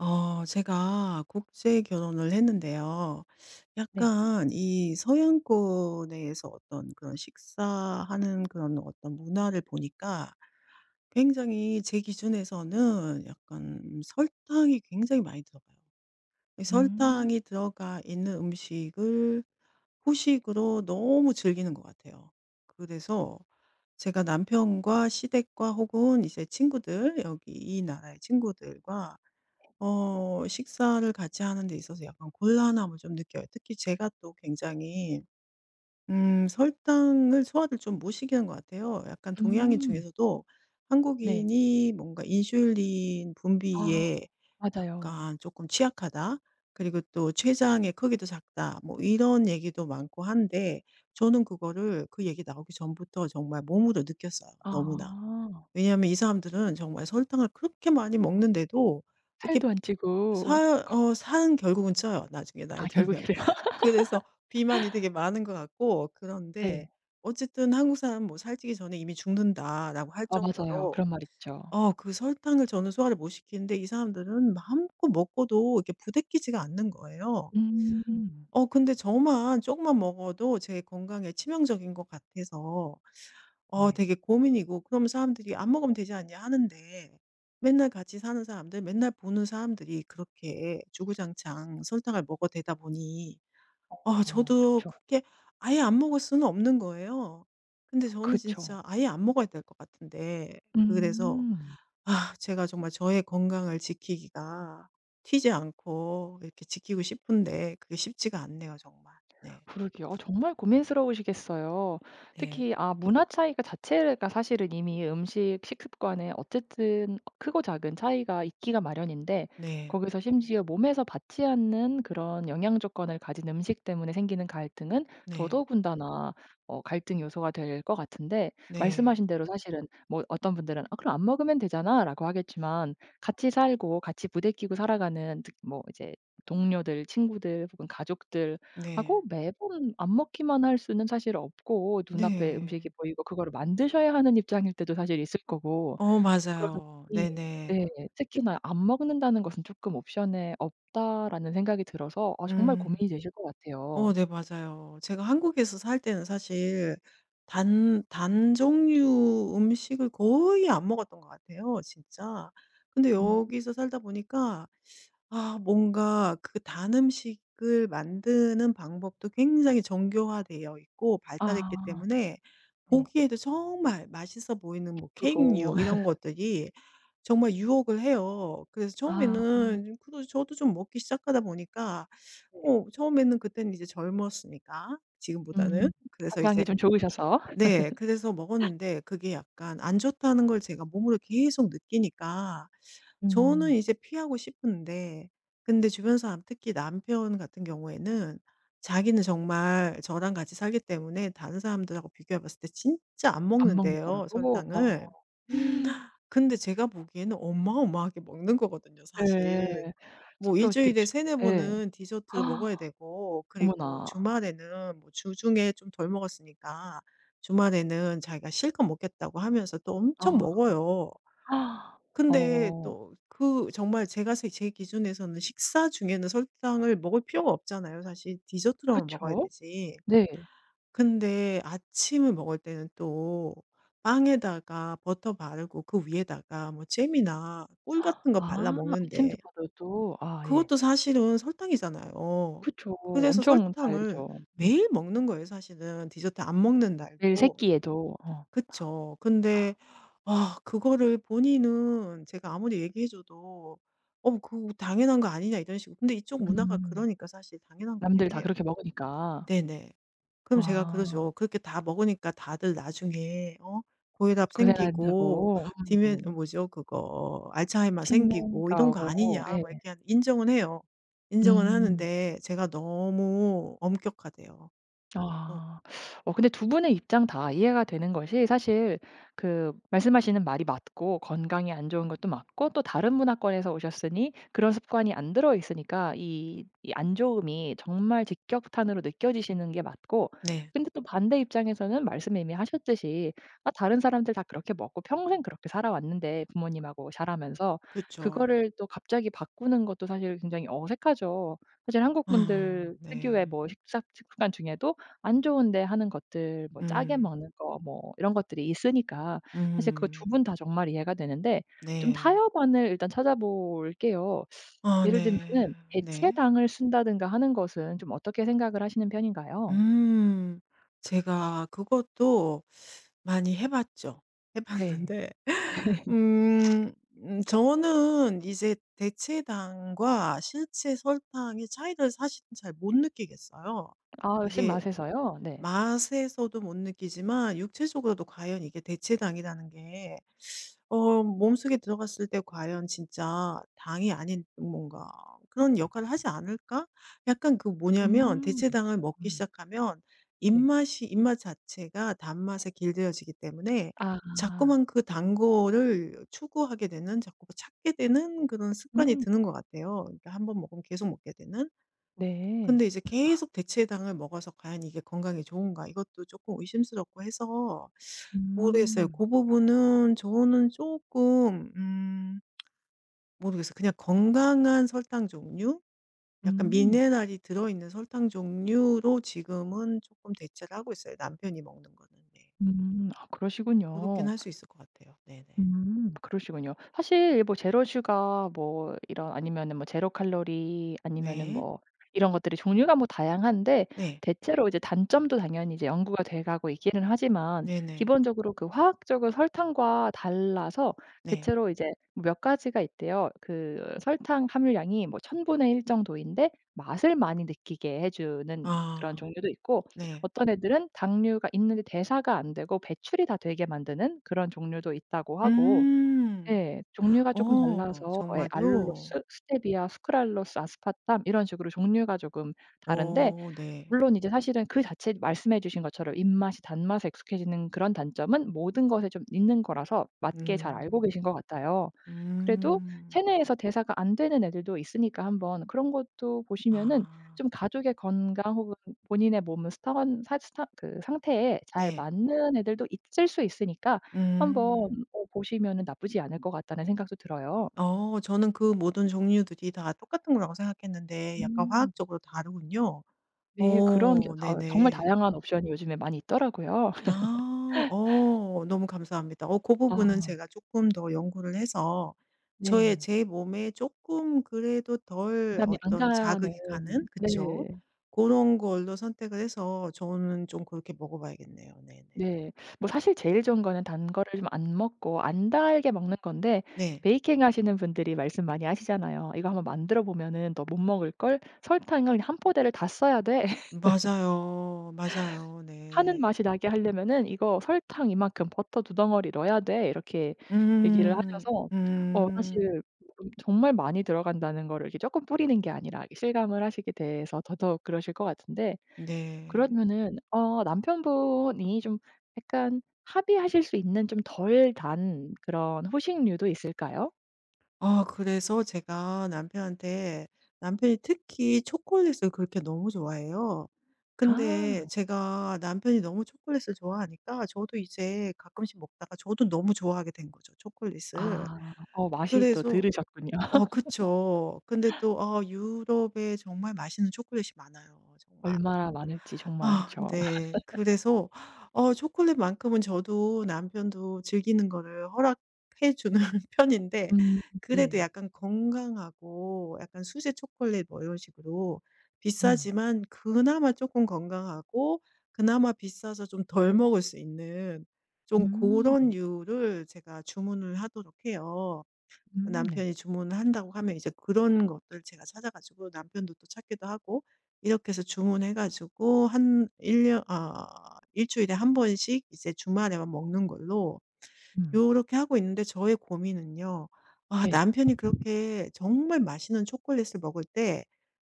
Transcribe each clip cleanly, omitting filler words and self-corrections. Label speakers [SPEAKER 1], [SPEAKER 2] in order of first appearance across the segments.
[SPEAKER 1] 제가 국제 결혼을 했는데요.
[SPEAKER 2] 네.
[SPEAKER 1] 약간 이 서양권에서 어떤 그런 식사하는 그런 어떤 문화를 보니까 굉장히 제 기준에서는 약간 설탕이 굉장히 많이 들어가요. 이
[SPEAKER 2] 음.
[SPEAKER 1] 설탕이 들어가 있는 음식을 후식으로 너무 즐기는 것 같아요. 그래서 제가 남편과 시댁과 혹은 이제 친구들 여기 이 나라의 친구들과 식사를 같이 하는 데 있어서 약간 곤란함을 좀 느껴요. 특히 제가 또 굉장히 설탕을 소화를 좀 못 시키는 것 같아요. 약간 동양인
[SPEAKER 2] 음.
[SPEAKER 1] 중에서도
[SPEAKER 2] 네.
[SPEAKER 1] 한국인이 뭔가 인슐린
[SPEAKER 2] 아
[SPEAKER 1] 분비에
[SPEAKER 2] 맞아요.
[SPEAKER 1] 약간 조금 취약하다. 그리고 또 "췌장의 크기도 작다." 뭐 이런 얘기도 많고 한데 저는 그거를 그 얘기 나오기 전부터 정말 몸으로 느꼈어요 너무나.
[SPEAKER 2] 아.
[SPEAKER 1] 왜냐하면 이 사람들은 정말 설탕을 그렇게 많이 먹는데도 이렇게
[SPEAKER 2] 살도 안 찌고.
[SPEAKER 1] 살어은 결국은 쪄요, 나중에
[SPEAKER 2] 아
[SPEAKER 1] 나이
[SPEAKER 2] 결국
[SPEAKER 1] 들면.
[SPEAKER 2] 그래요?
[SPEAKER 1] 그래서 비만이 되게 많은 것 같고 그런데
[SPEAKER 2] 네.
[SPEAKER 1] 어쨌든 한국 사람 뭐 살찌기 전에 이미 죽는다라고 할
[SPEAKER 2] 아 맞아요.
[SPEAKER 1] 정도로
[SPEAKER 2] 그런 말 있죠.
[SPEAKER 1] 그 설탕을 저는 소화를 못 시키는데 이 사람들은 마음껏 먹고도 이렇게 부대끼지가 않는 거예요.
[SPEAKER 2] 음.
[SPEAKER 1] 근데 저만 조금만 먹어도 제 건강에 치명적인 것 같아서
[SPEAKER 2] 네.
[SPEAKER 1] 되게 고민이고 그러면 사람들이 "안 먹으면 되지 않냐." 하는데 맨날 같이 사는 사람들 맨날 보는 사람들이 그렇게 주구장창 설탕을 먹어대다 보니 아
[SPEAKER 2] 어
[SPEAKER 1] 저도
[SPEAKER 2] 그쵸.
[SPEAKER 1] 그렇게 아예 안 먹을 수는 없는 거예요. 근데 저는
[SPEAKER 2] 그쵸.
[SPEAKER 1] 진짜 아예 안 먹어야 될 것 같은데 그래서
[SPEAKER 2] 음.
[SPEAKER 1] 아 제가 정말 저의 건강을 지키기가 튀지 않고 이렇게 지키고 싶은데 그게 쉽지가 않네요 정말. 네.
[SPEAKER 2] 그러게요. 아 정말 고민스러우시겠어요.
[SPEAKER 1] 네.
[SPEAKER 2] 특히 문화 차이가 자체가 사실은 이미 음식 식습관에 어쨌든 크고 작은 차이가 있기가 마련인데
[SPEAKER 1] 네.
[SPEAKER 2] 거기서 심지어 몸에서 받지 않는 그런 영양 조건을 가진 음식 때문에 생기는 갈등은
[SPEAKER 1] 네.
[SPEAKER 2] 더더군다나 갈등 요소가 될 것 같은데
[SPEAKER 1] 네.
[SPEAKER 2] 말씀하신 대로 사실은 뭐 어떤 분들은 "아 그럼 안 먹으면 되잖아."라고 하겠지만 같이 살고 같이 부대끼고 살아가는 특 뭐 이제 동료들, 친구들 혹은 가족들
[SPEAKER 1] 네.
[SPEAKER 2] 하고 매번 안 먹기만 할 수는 사실 없고 눈앞에 음식이
[SPEAKER 1] 네.
[SPEAKER 2] 보이고 그거를 만드셔야 하는 입장일 때도 사실 있을 거고
[SPEAKER 1] 어
[SPEAKER 2] 그러다
[SPEAKER 1] 맞아요.
[SPEAKER 2] 보니
[SPEAKER 1] 네네.
[SPEAKER 2] 네
[SPEAKER 1] 네,
[SPEAKER 2] 특히나 '안 먹는다는 것은 쪼끔 옵션에 없다.'라는 생각이 들어서 아 정말
[SPEAKER 1] 음.
[SPEAKER 2] 고민이 되실 것
[SPEAKER 1] 어
[SPEAKER 2] 같아요.
[SPEAKER 1] 네 맞아요. 제가 한국에서 살 때는 사실 단 종류 음식을 거의 안 먹었던 것 같아요 진짜. 근데
[SPEAKER 2] 음.
[SPEAKER 1] 여기서 살다 보니까 아 뭔가 그 단 음식을 만드는 방법도 굉장히 정교화되어 있고 발달했기
[SPEAKER 2] 아
[SPEAKER 1] 때문에
[SPEAKER 2] 네.
[SPEAKER 1] 보기에도 정말 맛있어 보이는 뭐 케이크류
[SPEAKER 2] 바쁘고
[SPEAKER 1] 이런 것들이 정말 유혹을 해요. 그래서
[SPEAKER 2] 아
[SPEAKER 1] 처음에는 그래도 저도 좀 먹기 시작하다 보니까
[SPEAKER 2] 네.
[SPEAKER 1] 처음에는 그때는 이제 젊었으니까
[SPEAKER 2] 음.
[SPEAKER 1] 지금보다는. 그래서
[SPEAKER 2] 건강이
[SPEAKER 1] 이제
[SPEAKER 2] 좀 좋으셔서
[SPEAKER 1] 네. 그래서 먹었는데 그게 약간 안 좋다는 걸 제가 몸으로 계속 느끼니까 저는
[SPEAKER 2] 음.
[SPEAKER 1] 이제 피하고 싶은데 근데 주변 사람 특히 남편 같은 경우에는 자기는 정말 저랑 같이 살기 때문에 다른 사람들하고 비교해 봤을 때 진짜 안
[SPEAKER 2] 안 먹는
[SPEAKER 1] 먹는데요,
[SPEAKER 2] 거라고?
[SPEAKER 1] 설탕을.
[SPEAKER 2] 어.
[SPEAKER 1] 음, 근데 제가 보기에는 어마어마하게 먹는 거거든요,
[SPEAKER 2] 예.
[SPEAKER 1] 사실. 뭐
[SPEAKER 2] 또
[SPEAKER 1] 일
[SPEAKER 2] 이렇게
[SPEAKER 1] 주일에
[SPEAKER 2] 주
[SPEAKER 1] 세네
[SPEAKER 2] 예.
[SPEAKER 1] 번은 디저트를 먹어야 되고 그리고
[SPEAKER 2] 어머나.
[SPEAKER 1] 주말에는 뭐 주중에 좀 덜 먹었으니까 주말에는 자기가 실컷 먹겠다고 하면서 또 엄청
[SPEAKER 2] 아.
[SPEAKER 1] 먹어요.
[SPEAKER 2] 아.
[SPEAKER 1] 근데
[SPEAKER 2] 어
[SPEAKER 1] 또 그 정말 제가 세 제 기준에서는 식사 중에는 설탕을 먹을 필요가 없잖아요. 사실 디저트로만 먹어야
[SPEAKER 2] 그쵸.
[SPEAKER 1] 되지.
[SPEAKER 2] 네.
[SPEAKER 1] 근데 아침을 먹을 때는 또 빵에다가 버터 바르고 그 위에다가 뭐 잼이나 꿀 같은 거 발라
[SPEAKER 2] 아
[SPEAKER 1] 먹는데
[SPEAKER 2] 아침부터라도 아 예.
[SPEAKER 1] 그것도 사실은 설탕이잖아요.
[SPEAKER 2] 그쵸.
[SPEAKER 1] 그래서
[SPEAKER 2] 엄청
[SPEAKER 1] 설탕을
[SPEAKER 2] 달죠. 음.
[SPEAKER 1] 매일 먹는 거예요 사실은 디저트 안 먹는
[SPEAKER 2] 매일 3
[SPEAKER 1] 날도.
[SPEAKER 2] 끼에도. 어.
[SPEAKER 1] 그쵸. 근데 아 그거를 본인은 제가 아무리 얘기해 줘도 "어 그거 당연한 거 아니냐." 이런 식으로. 근데 이쪽 문화가
[SPEAKER 2] 음.
[SPEAKER 1] 그러니까 사실 당연한
[SPEAKER 2] 남들
[SPEAKER 1] 거긴
[SPEAKER 2] 다
[SPEAKER 1] 해요.
[SPEAKER 2] 그렇게 먹으니까.
[SPEAKER 1] 네네. 그럼 제가
[SPEAKER 2] 아
[SPEAKER 1] 그러죠. 그렇게 다 먹으니까 다들 나중에 고혈압 생기고
[SPEAKER 2] 고생한다고.
[SPEAKER 1] 디멘
[SPEAKER 2] 음.
[SPEAKER 1] 뭐죠? 그거 알츠하이머 생기고
[SPEAKER 2] 치매가
[SPEAKER 1] 이런 거
[SPEAKER 2] 오고.
[SPEAKER 1] 아니냐
[SPEAKER 2] 예.
[SPEAKER 1] 막 이렇게 한 인정은 해요. 인정은
[SPEAKER 2] 음.
[SPEAKER 1] 하는데 제가 너무 엄격하대요. 그래서
[SPEAKER 2] 아. 근데 두 분의 입장 다 이해가 되는 것이 사실 그 말씀하시는 말이 맞고 건강에 안 좋은 것도 맞고 또 다른 문화권에서 오셨으니 그런 습관이 안 들어 있으니까 이 안 좋음이 정말 직격탄으로 느껴지시는 게 맞고
[SPEAKER 1] 네.
[SPEAKER 2] 근데 또 반대 입장에서는 말씀 이미 하셨듯이 '아 다른 사람들 다 그렇게 먹고 평생 그렇게 살아왔는데 부모님하고 자라면서
[SPEAKER 1] 그쵸.
[SPEAKER 2] 그거를 또 갑자기 바꾸는 것도 사실 굉장히 어색하죠.' 사실 한국
[SPEAKER 1] 아
[SPEAKER 2] 분들
[SPEAKER 1] 네.
[SPEAKER 2] 특유의 뭐 식사 습관 중에도 안 좋은데 하는 것들 뭐 짜게
[SPEAKER 1] 음.
[SPEAKER 2] 먹는 거 뭐 이런 것들이 있으니까 사실 그 두 분
[SPEAKER 1] 음.
[SPEAKER 2] 다 정말 이해가 되는데 좀
[SPEAKER 1] 네.
[SPEAKER 2] 타협안을 일단 찾아볼게요.
[SPEAKER 1] 아
[SPEAKER 2] 예를 들면은
[SPEAKER 1] 네. 네.
[SPEAKER 2] 대체당을 쓴다든가 하는 것은 좀 어떻게 생각을 하시는 편인가요?
[SPEAKER 1] 음. 제가 그것도 많이 해 봤죠. 해
[SPEAKER 2] 네.
[SPEAKER 1] 봤는데 음 저는 이제 대체당과 실제 설탕의 차이를 사실은 잘 못 느끼겠어요.
[SPEAKER 2] 아
[SPEAKER 1] 이게
[SPEAKER 2] 신맛에서요? 네.
[SPEAKER 1] 맛에서도 못 느끼지만 육체적으로도 과연 이게 대체당이라는 게 몸속에 들어갔을 때 과연 진짜 당이 아닌 뭔가 그런 역할을 하지 않을까? 약간 그 뭐냐면
[SPEAKER 2] 음.
[SPEAKER 1] 대체당을 먹기
[SPEAKER 2] 음.
[SPEAKER 1] 시작하면
[SPEAKER 2] 네.
[SPEAKER 1] 입맛 자체가 단맛에 길들여지기 때문에
[SPEAKER 2] 아.
[SPEAKER 1] 자꾸만 그 단 거를 추구하게 되는 자꾸 찾게 되는 그런 습관이
[SPEAKER 2] 음.
[SPEAKER 1] 드는 것 같아요. 그러니까 한 번 먹으면 계속 먹게 되는.
[SPEAKER 2] 네.
[SPEAKER 1] 근데 이제 계속 대체당을 먹어서 과연 이게 건강에 좋은가 이것도 조금 의심스럽고 해서 모르겠어요.
[SPEAKER 2] 음.
[SPEAKER 1] 그 부분은 저는 조금 모르겠어요. 그냥 건강한 설탕 종류? 약간
[SPEAKER 2] 음.
[SPEAKER 1] 미네랄이 들어있는 설탕 종류로 지금은 조금 대체를 하고 있어요, 남편이 먹는 거는. 네.
[SPEAKER 2] 음. 아
[SPEAKER 1] 고렇긴
[SPEAKER 2] 그러시군요.
[SPEAKER 1] 할 수 있을 것 같아요. 네네.
[SPEAKER 2] 그러시군요. 사실 뭐 제로 슈가 뭐 이런 아니면은 뭐 제로 칼로리 아니면은
[SPEAKER 1] 네.
[SPEAKER 2] 뭐 이런 것들이 종류가 뭐 다양한데
[SPEAKER 1] 네.
[SPEAKER 2] 대체로 이제 단점도 당연히 이제 연구가 돼 가고 있기는 하지만
[SPEAKER 1] 네네.
[SPEAKER 2] 기본적으로 그 화학적인 설탕과 달라서
[SPEAKER 1] 네.
[SPEAKER 2] 대체로 이제 뭐 몇 가지가 있대요. 그 설탕 함유량이 뭐 1,000 분의 일 정도인데 맛을 많이 느끼게 해 주는 그런
[SPEAKER 1] 아.
[SPEAKER 2] 종류도 있고
[SPEAKER 1] 네.
[SPEAKER 2] 어떤 애들은 당류가 있는데 대사가 안 되고 배출이 다 되게 만드는 그런 종류도 있다고 하고
[SPEAKER 1] 음.
[SPEAKER 2] 예. 종류가 조금
[SPEAKER 1] 어
[SPEAKER 2] 달라서 예
[SPEAKER 1] 정말요?
[SPEAKER 2] 알룰로스, 스테비아, 수크랄로스, 아스파탐 이런 식으로 종류가 조금 다른데
[SPEAKER 1] 어 네.
[SPEAKER 2] 물론 이제 사실은 그 자체 말씀해 주신 것처럼 입맛이 단맛에 익숙해지는 그런 단점은 모든 것에 좀 있는 거라서 맞게 잘 알고
[SPEAKER 1] 음.
[SPEAKER 2] 계신 것 같아요. 그래도
[SPEAKER 1] 음.
[SPEAKER 2] 체내에서 대사가 안 되는 애들도 있으니까 한번 그런 것도 보시면은
[SPEAKER 1] 아
[SPEAKER 2] 좀 가족의 건강 혹은 본인의 몸 스타원 사 스타 그 상태에 잘
[SPEAKER 1] 네.
[SPEAKER 2] 맞는 애들도 있을 수 있으니까 한번
[SPEAKER 1] 음.
[SPEAKER 2] 보시면은 나쁘지 않을 것 같다는 생각도 들어요.
[SPEAKER 1] 저는 그 모든 종류들이 다 똑같은 거라고 생각했는데 약간
[SPEAKER 2] 음.
[SPEAKER 1] 화학적으로 다르군요.
[SPEAKER 2] 네. 그런 게
[SPEAKER 1] 어
[SPEAKER 2] 정말
[SPEAKER 1] 네네.
[SPEAKER 2] 다양한 옵션이 요즘에 많이 있더라고요.
[SPEAKER 1] 아 너무 감사합니다. 그
[SPEAKER 2] 아
[SPEAKER 1] 부분은 제가 조금 더 연구를 해서 저의
[SPEAKER 2] 네.
[SPEAKER 1] 제 몸에 조금 그래도 덜
[SPEAKER 2] 부담이 안
[SPEAKER 1] 어떤
[SPEAKER 2] 가는
[SPEAKER 1] 자극이 가는 그쵸?
[SPEAKER 2] 네.
[SPEAKER 1] 그런 걸로 선택을 해서 저는 좀 그렇게 먹어 봐야겠네요. 네네.
[SPEAKER 2] 네. 뭐 사실 제일 좋은 거는 단 거를 좀 안 먹고 안 달게 먹는 건데
[SPEAKER 1] 네.
[SPEAKER 2] 베이킹 하시는 분들이 말씀 많이 하시잖아요. "이거 한번 만들어 보면은 너 못 먹을 걸. 설탕을 한 포대를 다 써야 돼.
[SPEAKER 1] 맞아요. 맞아요.
[SPEAKER 2] 파는
[SPEAKER 1] 네.
[SPEAKER 2] 맛이 나게 하려면은 이거 설탕 이만큼, 버터 두 덩어리 넣어야 돼." 이렇게 얘기를
[SPEAKER 1] 음.
[SPEAKER 2] 하셔서
[SPEAKER 1] 음.
[SPEAKER 2] 사실 좀 정말 많이 들어간다는 거를 이렇게 쪼끔 뿌리는 게 아니라 실감을 하시게 돼서 더더욱 그러실 것 같은데
[SPEAKER 1] 네.
[SPEAKER 2] 그러면은 남편분이 좀 약간 합의하실 수 있는 좀 덜 단 그런 후식류도 있을까요?
[SPEAKER 1] 아 그래서 제가 남편한테 남편이 특히 초콜릿을 그렇게 너무 좋아해요. 근데
[SPEAKER 2] 아.
[SPEAKER 1] 제가 남편이 너무 초콜릿을 좋아하니까 저도 이제 가끔씩 먹다가 저도 너무 좋아하게 된 거죠, 초콜릿을.
[SPEAKER 2] 아. 어 맛이 또
[SPEAKER 1] 그래서
[SPEAKER 2] 들으셨군요.
[SPEAKER 1] 그쵸. 근데 또 유럽에 정말 맛있는 초콜릿이 많아요, 정말.
[SPEAKER 2] 얼마나 많을지 정말
[SPEAKER 1] 아
[SPEAKER 2] 그쵸.
[SPEAKER 1] 네. 그래서 초콜릿만큼은 저도 남편도 즐기는 거를 허락해 주는 편인데
[SPEAKER 2] 음
[SPEAKER 1] 그래도
[SPEAKER 2] 네.
[SPEAKER 1] 약간 건강하고 약간 수제 초콜릿 뭐 이런 식으로
[SPEAKER 2] 음.
[SPEAKER 1] 비싸지만 그나마 조금 건강하고 그나마 비싸서 좀 덜 먹을 수 있는 좀 그런
[SPEAKER 2] 음.
[SPEAKER 1] 류를 제가 주문을 하도록 해요.
[SPEAKER 2] 네.
[SPEAKER 1] 남편이 주문을 한다고 하면 이제 그런 것들을 제가 찾아 가지고 남편도 또 찾기도 하고 이렇게 해서 주문해 가지고 한 1년 아 일 주일에 한 번씩 이제 주말에만 먹는 걸로
[SPEAKER 2] 음.
[SPEAKER 1] 요렇게 하고 있는데 저의 고민은요. 아
[SPEAKER 2] 네.
[SPEAKER 1] 남편이 그렇게 정말 맛있는 초콜릿을 먹을 때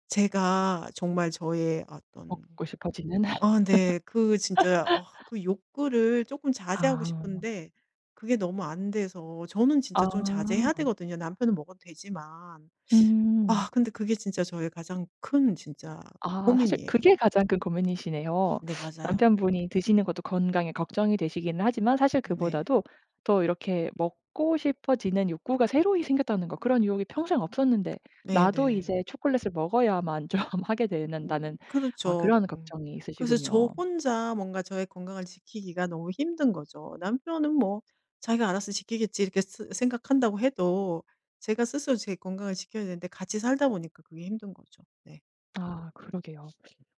[SPEAKER 1] 제가 정말 저의 어떤
[SPEAKER 2] 먹고 싶어지는.
[SPEAKER 1] 아 네. 그 진짜 그 욕구를 조금
[SPEAKER 2] 아.
[SPEAKER 1] 자제하고 싶은데 그게 너무 안 돼서 저는 진짜 좀
[SPEAKER 2] 아.
[SPEAKER 1] 자제해야 되거든요. 남편은 먹어도 되지만.
[SPEAKER 2] 음.
[SPEAKER 1] 아 근데 그게 진짜 저의 가장 큰 진짜
[SPEAKER 2] 아 사실
[SPEAKER 1] 고민이에요.
[SPEAKER 2] 그게 가장 큰 고민이시네요.
[SPEAKER 1] 네 맞아요.
[SPEAKER 2] 남편분이 드시는 것도 건강에 걱정이 되시기는 하지만 사실
[SPEAKER 1] 네.
[SPEAKER 2] 그보다도 더 이렇게 먹고 싶어지는 욕구가 새로이 생겼다는 거 그런 유혹이 평생 없었는데 나도
[SPEAKER 1] 네네.
[SPEAKER 2] 이제 초콜릿을 먹어야만 좀 하게 되는다는 아
[SPEAKER 1] 그렇죠.
[SPEAKER 2] 그런
[SPEAKER 1] 음.
[SPEAKER 2] 걱정이
[SPEAKER 1] 그래서 저
[SPEAKER 2] 있으시군요.
[SPEAKER 1] 혼자 뭔가 저의 건강을 지키기가 너무 힘든 거죠. 남편은 뭐 '자기가 알아서 지키겠지.' 이렇게 스 생각한다고 해도 제가 스스로 제 건강을 지켜야 되는데 같이 살다 보니까 그게 힘든 거죠. 네.
[SPEAKER 2] 아 그러게요.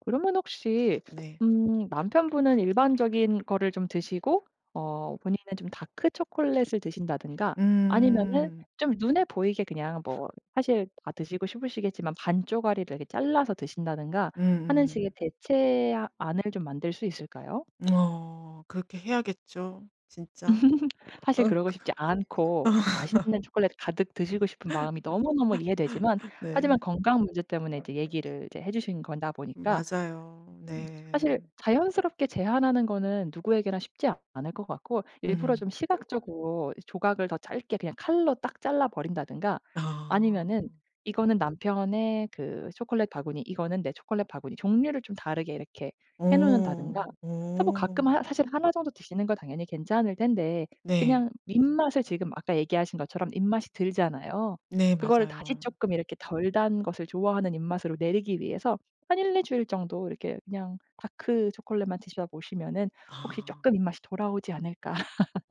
[SPEAKER 2] 그러면 혹시
[SPEAKER 1] 네.
[SPEAKER 2] 남편분은 일반적인 거를 좀 드시고 본인은 좀 다크 초콜릿을 드신다든가 아니면은
[SPEAKER 1] 음.
[SPEAKER 2] 좀 눈에 보이게 그냥 뭐 사실 다 드시고 싶으시겠지만 반 쪼가리를 이렇게 잘라서 드신다든가 하는 식의
[SPEAKER 1] 음음.
[SPEAKER 2] 대체안을 좀 만들 수 있을까요?
[SPEAKER 1] 그렇게 해야겠죠 진짜.
[SPEAKER 2] 사실
[SPEAKER 1] 응,
[SPEAKER 2] 그러고
[SPEAKER 1] 그
[SPEAKER 2] 싶지 않고 맛있는 초콜릿 가득 드시고 싶은 마음이 너무너무 이해되지만 하지만
[SPEAKER 1] 네.
[SPEAKER 2] 건강 문제 때문에 이제 얘기를 이제 해 주신 거다 보니까
[SPEAKER 1] 맞아요.
[SPEAKER 2] 음. 사실
[SPEAKER 1] 네.
[SPEAKER 2] 자연스럽게 제한하는 거는 누구에게나 쉽지 않을 것 같고 일부러
[SPEAKER 1] 음.
[SPEAKER 2] 좀 시각적으로 조각을 더 짧게 그냥 칼로 딱 잘라 버린다든가
[SPEAKER 1] 아.
[SPEAKER 2] 아니면은 이거는 남편의 그 초콜릿 바구니, 이거는 내 초콜릿 바구니 종류를 좀 다르게 이렇게 해 놓는다든가
[SPEAKER 1] 오,
[SPEAKER 2] 그래서 뭐 가끔
[SPEAKER 1] 오,
[SPEAKER 2] 하 사실 하나 정도 드시는 거 당연히 괜찮을 텐데
[SPEAKER 1] 네.
[SPEAKER 2] 그냥 입맛을 지금 아까 얘기하신 것처럼 입맛이 들잖아요.
[SPEAKER 1] 네
[SPEAKER 2] 그거를 다시
[SPEAKER 1] 맞아요.
[SPEAKER 2] 조금 이렇게 덜 단 것을 좋아하는 입맛으로 내리기 위해서 한 1-2 주일 정도 이렇게 그냥 다크 초콜릿만 드시다 보시면은 혹시
[SPEAKER 1] 아.
[SPEAKER 2] 쪼끔 입맛이 돌아오지 않을까.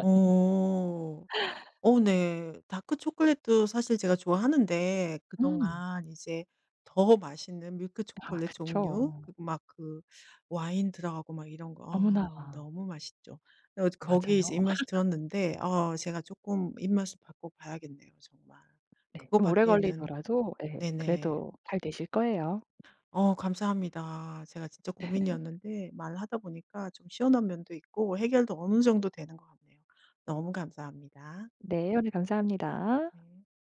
[SPEAKER 1] 어. 어 네. 다크 초콜릿도 사실 제가 좋아하는데
[SPEAKER 2] 음.
[SPEAKER 1] 그동안 이제 더 맛있는 밀크
[SPEAKER 2] 아
[SPEAKER 1] 초콜릿
[SPEAKER 2] 그쵸.
[SPEAKER 1] 종류
[SPEAKER 2] 어.
[SPEAKER 1] 그리고 막 그 와인 들어가고 막 이런 거
[SPEAKER 2] 너무나 아
[SPEAKER 1] 너무 맛있죠. 거기에 이제
[SPEAKER 2] 맞아요.
[SPEAKER 1] 입맛이 들었는데 제가 조금 입맛을 바꿔 봐야겠네요 정말.
[SPEAKER 2] 네.
[SPEAKER 1] 그거
[SPEAKER 2] 좀 오래
[SPEAKER 1] 밖에는
[SPEAKER 2] 걸리더라도 예
[SPEAKER 1] 네네.
[SPEAKER 2] 그래도 잘 되실 거예요.
[SPEAKER 1] 감사합니다. 제가 진짜 고민이었는데 말하다 보니까 좀 시원한 면도 있고 해결도 어느 정도 되는 것 같네요. 너무 감사합니다.
[SPEAKER 2] 네 오늘 감사합니다.
[SPEAKER 1] 네.